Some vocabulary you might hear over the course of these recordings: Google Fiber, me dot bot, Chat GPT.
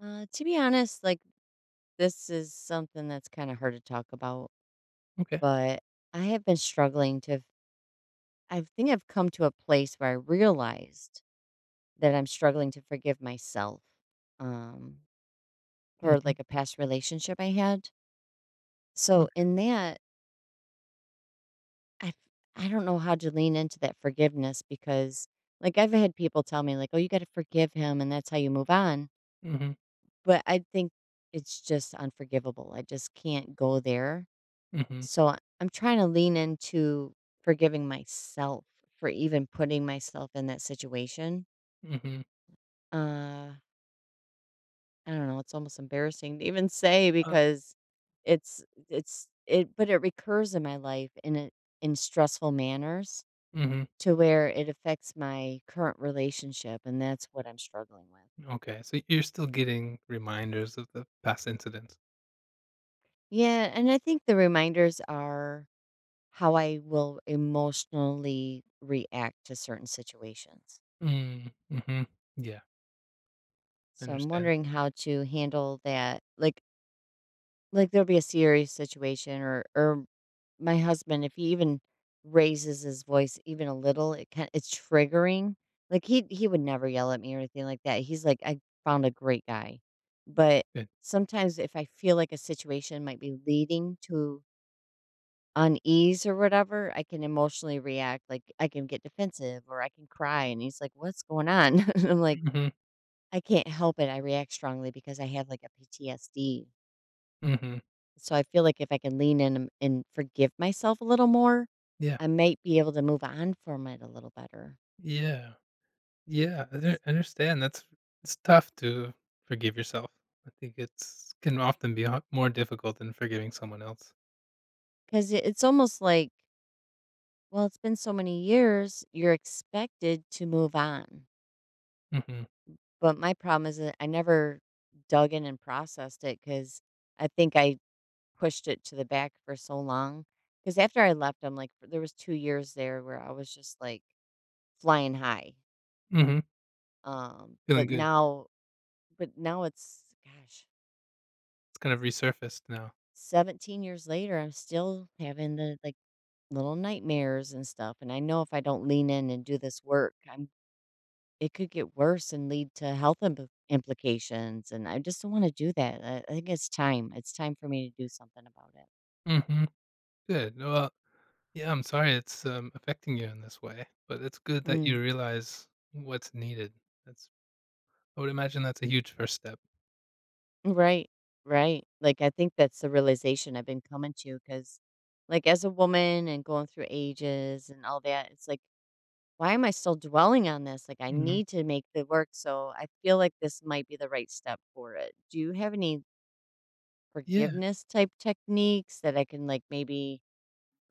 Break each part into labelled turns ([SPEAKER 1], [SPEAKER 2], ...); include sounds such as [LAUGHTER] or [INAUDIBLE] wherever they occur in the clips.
[SPEAKER 1] To be honest, like this is something that's kind of hard to talk about,
[SPEAKER 2] Okay.
[SPEAKER 1] but I have been struggling to. I think I've come to a place where I realized that I'm struggling to forgive myself um, for
[SPEAKER 2] Mhm.
[SPEAKER 1] like a past relationship I had. So
[SPEAKER 2] Okay.
[SPEAKER 1] in that, I I don't know how to lean into that forgiveness because like I've had people tell me like, oh, you got to forgive him, and that's how you move on.
[SPEAKER 2] Mhm.
[SPEAKER 1] But I think it's just unforgivable. I just can't go there.
[SPEAKER 2] Mhm.
[SPEAKER 1] I'm trying to lean into forgiving myself for even putting myself in that situation.
[SPEAKER 2] Mhm.
[SPEAKER 1] Uh, I don't know. It's almost embarrassing to even say
[SPEAKER 2] Uh,
[SPEAKER 1] because it's it, but it recurs in my life in in stressful manners
[SPEAKER 2] mhm.
[SPEAKER 1] to where it affects my current relationship, and that's what I'm struggling with.
[SPEAKER 2] Okay, so you're still getting reminders of the past incidents.
[SPEAKER 1] Yeah, and I think the reminders are how I will emotionally react to certain situations.
[SPEAKER 2] Mm. Mhm. Yeah, I
[SPEAKER 1] So I'm
[SPEAKER 2] understand.
[SPEAKER 1] wondering how to handle that. Like there'll be a serious situation or my husband if he even raises his voice even a little, it's triggering. Like he would never yell at me or anything like that. He's like I found a great guy. But
[SPEAKER 2] Good.
[SPEAKER 1] sometimes if I feel like a situation might be leading to unease or whatever, I can emotionally react like I can get defensive or I can cry and he's like what's going on? [LAUGHS] And I'm like
[SPEAKER 2] Mhm.
[SPEAKER 1] I can't help it, I react strongly because I have, like, a PTSD.
[SPEAKER 2] Mhm.
[SPEAKER 1] So I feel like if I can lean in and forgive myself a little more,
[SPEAKER 2] Yeah.
[SPEAKER 1] I might be able to move on from it a little better.
[SPEAKER 2] Yeah. Yeah, I understand, that's it's tough to forgive yourself. I think it's can often be ho more difficult than forgiving someone else.
[SPEAKER 1] Because it's almost like, well, it's been so many years, you're expected to move on.
[SPEAKER 2] Mhm.
[SPEAKER 1] But my problem is that I never dug in and processed it. Because I think I pushed it to the back for so long. Because after I left, I'm like there was two years there where I was just, like, flying high.
[SPEAKER 2] Mhm.
[SPEAKER 1] Um,
[SPEAKER 2] Feeling
[SPEAKER 1] but
[SPEAKER 2] good.
[SPEAKER 1] now but now it's gosh,
[SPEAKER 2] It's kind of resurfaced now.
[SPEAKER 1] seventeen years later, I'm still having the, like, little nightmares and stuff, and I know if I don't lean in and do this work, I'm it could get worse and lead to health implications, and I just don't wanna do that. I think it's time. It's time for me to do something about it.
[SPEAKER 2] Mhm. Good. Well, yeah, I'm sorry it's, affecting you in this way, but it's good that
[SPEAKER 1] Mm.
[SPEAKER 2] you realize what's needed. That's I would imagine that's a huge first step.
[SPEAKER 1] Right. Right. Like, I think that's the realization I've been coming to because, like, as a woman and going through ages and all that, it's like why am I still dwelling on this? Like, I
[SPEAKER 2] Mhm.
[SPEAKER 1] need to make the work. So I feel like this might be the right step for it. Do you have any
[SPEAKER 2] Yeah,
[SPEAKER 1] forgiveness type techniques that I can, like, maybe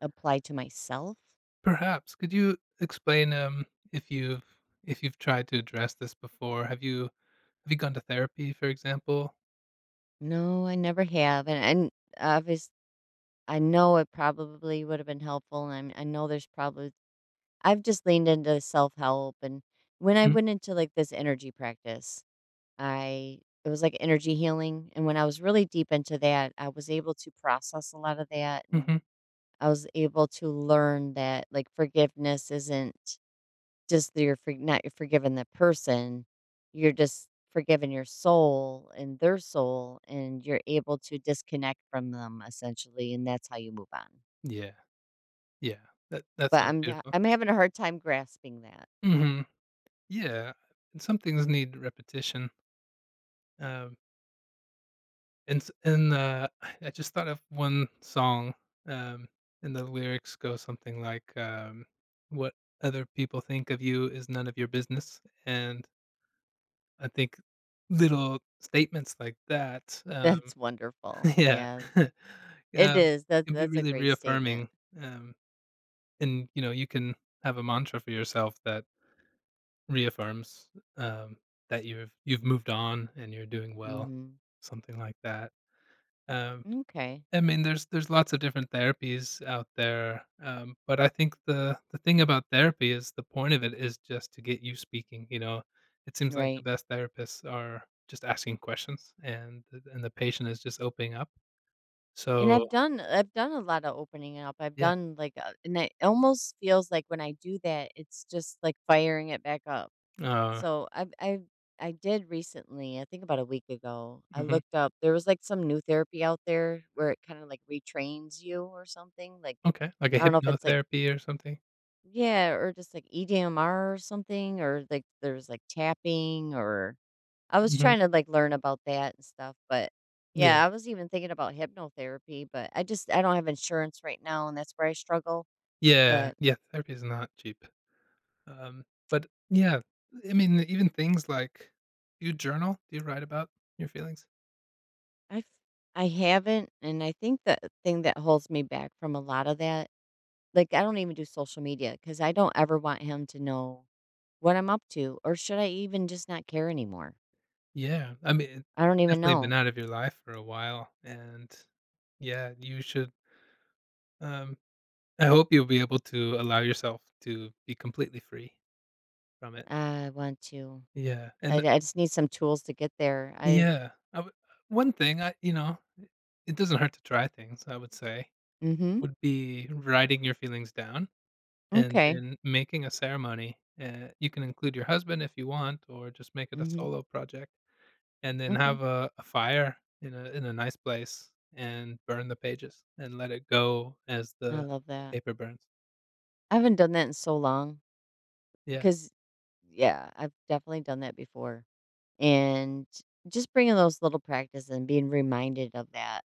[SPEAKER 1] apply to myself?
[SPEAKER 2] perhaps. Could you explain, if you've if you've tried to address this before? Have you gone to therapy, for example?
[SPEAKER 1] No, I never have. Obvious, I know it probably would have been helpful. I know there's probably, I've just leaned into self help. And when I
[SPEAKER 2] Mm,
[SPEAKER 1] went into like this energy practice, I, it was like energy healing. And when I was really deep into that, I was able to process a lot of that and
[SPEAKER 2] mhm.
[SPEAKER 1] I was able to learn that like forgiveness isn't just that you're for, not you're forgiving the person, you're just forgiving your soul and their soul, and you're able to disconnect from them essentially, and that's how you move on.
[SPEAKER 2] Yeah, yeah. That sounds beautiful.
[SPEAKER 1] I'm having a hard time grasping that.
[SPEAKER 2] Mhm. Yeah, and some things need repetition, um and [SIGHS] I just thought of one song, um, and the lyrics go something like, "What other people think of you is none of your business," and I think little statements like that,
[SPEAKER 1] [LAUGHS]
[SPEAKER 2] um
[SPEAKER 1] That's wonderful.
[SPEAKER 2] [LAUGHS] Yeah.
[SPEAKER 1] Yeah,
[SPEAKER 2] [LAUGHS]
[SPEAKER 1] it
[SPEAKER 2] Um,
[SPEAKER 1] is. That's
[SPEAKER 2] can be
[SPEAKER 1] that's a
[SPEAKER 2] really
[SPEAKER 1] great statement.
[SPEAKER 2] reaffirming, um, and, you can have a mantra for yourself that reaffirms, um, that you've moved on and you're doing well,
[SPEAKER 1] Mm-hmm.
[SPEAKER 2] something like that. Um
[SPEAKER 1] Okay.
[SPEAKER 2] I mean, there's lots of different therapies out there, but I think the thing about therapy is the point of it is just to get you speaking. It seems like
[SPEAKER 1] Right.
[SPEAKER 2] the best therapists are just asking questions, and the patient is just opening up.
[SPEAKER 1] And
[SPEAKER 2] So
[SPEAKER 1] I've done a lot of opening up. I've
[SPEAKER 2] yeah,
[SPEAKER 1] done like a and it almost feels like when I do that, it's just like firing it back up.
[SPEAKER 2] uh,
[SPEAKER 1] So I I did recently, I think about a week ago, I
[SPEAKER 2] hmm
[SPEAKER 1] looked up there was like some new therapy out there where it kind of like retrains you or something. Like
[SPEAKER 2] okay, like a
[SPEAKER 1] I don't know if it's like
[SPEAKER 2] hypnotherapy or something.
[SPEAKER 1] yeah, or just like EDMR or something, or like there's like tapping or I was
[SPEAKER 2] hmm
[SPEAKER 1] trying to, like, learn about that and stuff, but
[SPEAKER 2] Yeah,
[SPEAKER 1] yeah, I was even thinking about hypnotherapy, but I don't have insurance right now, and that's where I struggle,
[SPEAKER 2] yeah,
[SPEAKER 1] but
[SPEAKER 2] yeah. Therapy is not cheap, um, but yeah, I mean, even things like, do you journal? Do you write about your feelings?
[SPEAKER 1] I've I have not and I think the thing that holds me back from a lot of that like, I don't even do social media because I don't ever want him to know what I'm up to, or should I even just not care anymore?
[SPEAKER 2] Yeah, I mean,
[SPEAKER 1] I
[SPEAKER 2] it's
[SPEAKER 1] don't even
[SPEAKER 2] definitely been
[SPEAKER 1] know.
[SPEAKER 2] out of your life for a while, and yeah, you should, um I hope you'll be able to allow yourself to be completely free from it.
[SPEAKER 1] I want to
[SPEAKER 2] Yeah, and
[SPEAKER 1] I just need some tools to get there. I
[SPEAKER 2] yeah, one thing it doesn't hurt to try things, I would say,
[SPEAKER 1] Mhm.
[SPEAKER 2] would be writing your feelings down and
[SPEAKER 1] Okay.
[SPEAKER 2] then making a ceremony, you can include your husband if you want or just make it a
[SPEAKER 1] Mhm.
[SPEAKER 2] solo project. And then
[SPEAKER 1] Okay.
[SPEAKER 2] have a fire in a nice place and burn the pages and let it go as
[SPEAKER 1] I
[SPEAKER 2] the
[SPEAKER 1] love that.
[SPEAKER 2] paper burns.
[SPEAKER 1] I haven't done that in so long
[SPEAKER 2] Yeah.
[SPEAKER 1] because, yeah, I've definitely done that before. And just bringing those little practice and being reminded of that.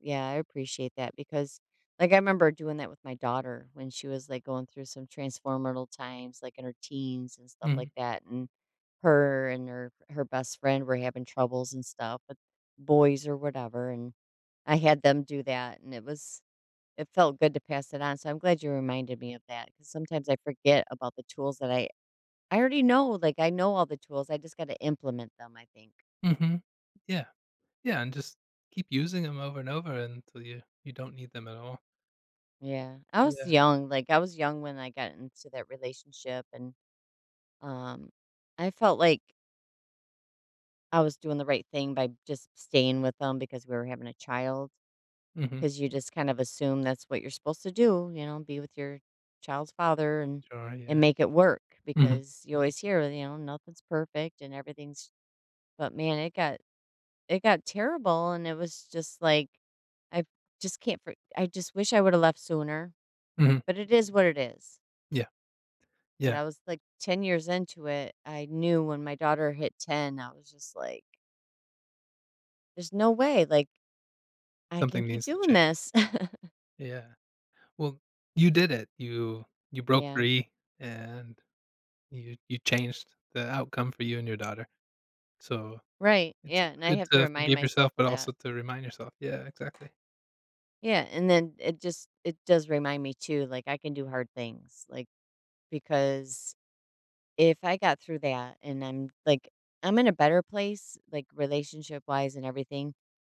[SPEAKER 1] Yeah, I appreciate that because, like, I remember doing that with my daughter when she was like going through some transformative times, like in her teens and stuff like
[SPEAKER 2] Mhm.
[SPEAKER 1] that. And her best friend were having troubles and stuff with boys or whatever. And I had them do that, and it was it felt good to pass it on, so I'm glad you reminded me of that. Because sometimes I forget about the tools that I already know, like, I know all the tools, I just gotta implement them, I think.
[SPEAKER 2] Mhm. Yeah. Yeah, and just keep using them over and over until you don't need them at all.
[SPEAKER 1] Yeah. I was
[SPEAKER 2] Yeah.
[SPEAKER 1] young, like, I was young when I got into that relationship, and, um, I felt like I was doing the right thing by just staying with them because we were having a child.
[SPEAKER 2] Mhm.
[SPEAKER 1] Because you just kind of assume that's what you're supposed to do, you know, be with your child's father and
[SPEAKER 2] Sure, yeah.
[SPEAKER 1] make it work
[SPEAKER 2] Mhm.
[SPEAKER 1] because you always hear, you know, nothing's perfect and everything's But man, it got terrible and it was just like I just can't for I just wish I would have left sooner,
[SPEAKER 2] Mhm.
[SPEAKER 1] but it is what it is.
[SPEAKER 2] Yeah.
[SPEAKER 1] But
[SPEAKER 2] Yeah.
[SPEAKER 1] I was like ten years into it. I knew when my daughter hit ten, I was just like there's no way like I can
[SPEAKER 2] Something
[SPEAKER 1] keep
[SPEAKER 2] needs to
[SPEAKER 1] doing
[SPEAKER 2] change.
[SPEAKER 1] this.
[SPEAKER 2] Yeah. Well, you did it. You broke
[SPEAKER 1] [LAUGHS] Yeah.
[SPEAKER 2] free and you changed the outcome for you and your daughter. So
[SPEAKER 1] Right.
[SPEAKER 2] it's
[SPEAKER 1] Yeah, and I
[SPEAKER 2] good
[SPEAKER 1] have to
[SPEAKER 2] to
[SPEAKER 1] remind
[SPEAKER 2] forgive
[SPEAKER 1] myself
[SPEAKER 2] yourself,
[SPEAKER 1] of
[SPEAKER 2] but
[SPEAKER 1] that.
[SPEAKER 2] also to remind yourself. Yeah, exactly.
[SPEAKER 1] Yeah, and then it does remind me too like I can do hard things like because if I got through that and I'm like I'm in a better place, like relationship-wise and everything,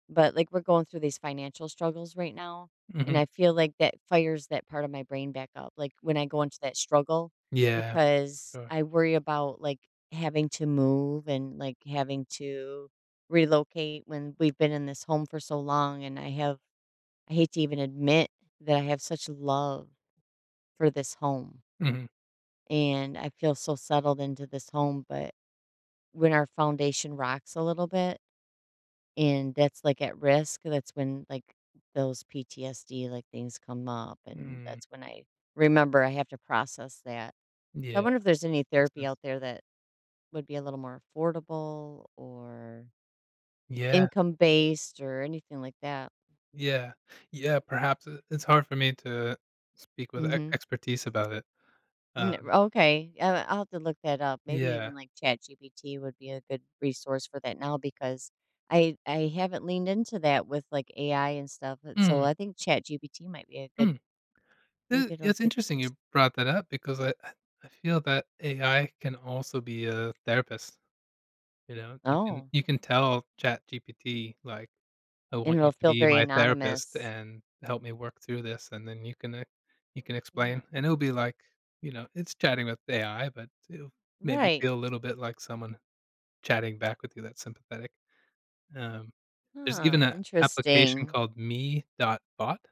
[SPEAKER 1] but, like, we're going through these financial struggles right now, and
[SPEAKER 2] Mhm.
[SPEAKER 1] I feel like that fires that part of my brain back up, like, when I go into that struggle
[SPEAKER 2] Yeah,
[SPEAKER 1] because
[SPEAKER 2] sure.
[SPEAKER 1] I worry about, like, having to move and, like, having to relocate when we've been in this home for so long, and I have I hate to even admit that I have such love for this home,
[SPEAKER 2] Mhm.
[SPEAKER 1] and I feel so settled into this home, but when our foundation rocks a little bit, and that's, like, at risk, that's when, like, those PTSD, like, things come up, and
[SPEAKER 2] Mm.
[SPEAKER 1] that's when I remember I have to process that. So I
[SPEAKER 2] Yeah,
[SPEAKER 1] wonder if there's any
[SPEAKER 2] makes
[SPEAKER 1] therapy out
[SPEAKER 2] sense.
[SPEAKER 1] there that would be a little more affordable or
[SPEAKER 2] Yeah,
[SPEAKER 1] income-based or anything like that.
[SPEAKER 2] yeah, yeah, perhaps it's hard for me to speak with e
[SPEAKER 1] Mhm.
[SPEAKER 2] expertise about it.
[SPEAKER 1] Mm,
[SPEAKER 2] Um,
[SPEAKER 1] okay, I'll have to look that up. Maybe even
[SPEAKER 2] yeah.
[SPEAKER 1] like ChatGPT would be a good resource for that now because I haven't leaned into that with like AI and stuff. So
[SPEAKER 2] Mm,
[SPEAKER 1] I think ChatGPT might be a good.
[SPEAKER 2] mm.
[SPEAKER 1] Maybe
[SPEAKER 2] Th
[SPEAKER 1] it'll
[SPEAKER 2] It's
[SPEAKER 1] could.
[SPEAKER 2] interesting you brought that up because I feel that AI can also be a therapist, you know? You can
[SPEAKER 1] Oh,
[SPEAKER 2] you can tell Chat GPT like I
[SPEAKER 1] and
[SPEAKER 2] want you
[SPEAKER 1] it'll
[SPEAKER 2] to
[SPEAKER 1] feel
[SPEAKER 2] be
[SPEAKER 1] very
[SPEAKER 2] my therapist
[SPEAKER 1] anonymous.
[SPEAKER 2] and help me work through this, and then you can
[SPEAKER 1] Yeah.
[SPEAKER 2] explain, and it'll be like, you know, it's chatting with AI, but it'll maybe
[SPEAKER 1] Right.
[SPEAKER 2] feel a little bit like someone chatting back with you that's sympathetic. Um, there's even
[SPEAKER 1] Huh.
[SPEAKER 2] an application
[SPEAKER 1] Interesting.
[SPEAKER 2] called me.bot,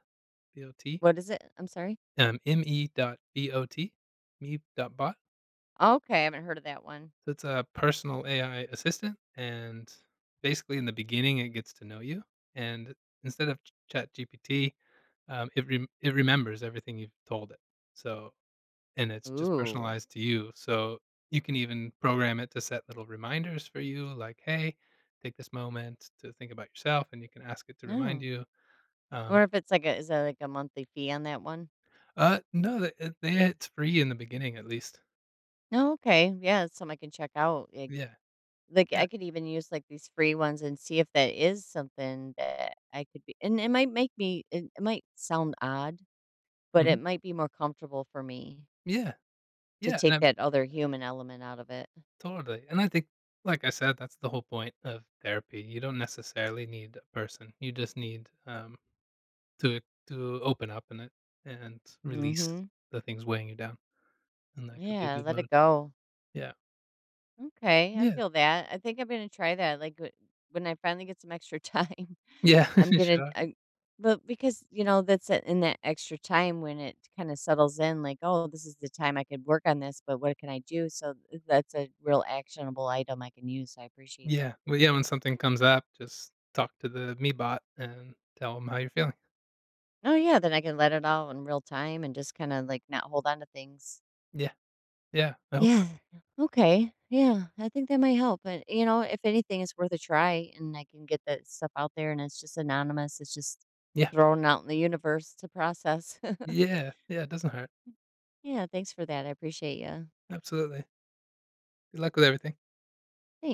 [SPEAKER 2] bot,
[SPEAKER 1] What is it? I'm sorry.
[SPEAKER 2] M-E dot bot, me.bot.
[SPEAKER 1] Okay, I haven't heard of that one.
[SPEAKER 2] So it's a personal AI assistant, and basically, in the beginning, it gets to know you, and instead of ChatGPT, it remembers everything you've told it. So, and it's just
[SPEAKER 1] Ooh.
[SPEAKER 2] personalized to you. So you can even program it to set little reminders for you, like, "Hey, take this moment to think about yourself," and you can ask it to remind
[SPEAKER 1] No.
[SPEAKER 2] you.
[SPEAKER 1] I
[SPEAKER 2] Um,
[SPEAKER 1] wonder if it's like a is that like a monthly fee on that one?
[SPEAKER 2] no, it's free in the beginning, at least.
[SPEAKER 1] No, okay. Yeah, it's something I can check out. like,
[SPEAKER 2] Yeah,
[SPEAKER 1] Like,
[SPEAKER 2] yeah,
[SPEAKER 1] I could even use, like, these free ones and see if that is something that I could be and it might make me it might sound odd, but
[SPEAKER 2] hmm
[SPEAKER 1] it might be more comfortable for me
[SPEAKER 2] yeah,
[SPEAKER 1] to
[SPEAKER 2] yeah.
[SPEAKER 1] take
[SPEAKER 2] And
[SPEAKER 1] that other human element out of it.
[SPEAKER 2] Totally. And I think, like I said, that's the whole point of therapy. You don't necessarily need a person. You just need to open up in it and release
[SPEAKER 1] Mhm.
[SPEAKER 2] the things weighing you down, and that could be a
[SPEAKER 1] Yeah,
[SPEAKER 2] good
[SPEAKER 1] let it
[SPEAKER 2] mode.
[SPEAKER 1] go.
[SPEAKER 2] Yeah.
[SPEAKER 1] Okay, I
[SPEAKER 2] Yeah.
[SPEAKER 1] feel that. I think I'm gonna try that. Like when I finally get some extra time,
[SPEAKER 2] Yeah.
[SPEAKER 1] [LAUGHS] I'm
[SPEAKER 2] [LAUGHS]
[SPEAKER 1] gonna.
[SPEAKER 2] Sure.
[SPEAKER 1] I, but because you know in that extra time when it kind of settles in, like oh, this is the time I could work on this, but what can I do? So that's a real actionable item I can use. So I appreciate
[SPEAKER 2] Yeah.
[SPEAKER 1] that.
[SPEAKER 2] Well, yeah. When something comes up, just talk to the me.bot and tell them how you're feeling.
[SPEAKER 1] Oh yeah, then I can let it all in real time and just kind of like not hold on to things.
[SPEAKER 2] Yeah. Yeah. I hope so.
[SPEAKER 1] Yeah. Okay. Yeah. I think that might help. But, you know, if anything, it's worth a try and I can get that stuff out there and it's just anonymous. It's just
[SPEAKER 2] Yeah.
[SPEAKER 1] thrown out in the universe to process. [LAUGHS]
[SPEAKER 2] Yeah. Yeah. It doesn't hurt.
[SPEAKER 1] Yeah. Thanks for that. I appreciate you.
[SPEAKER 2] Absolutely. Good luck with everything.
[SPEAKER 1] Thanks.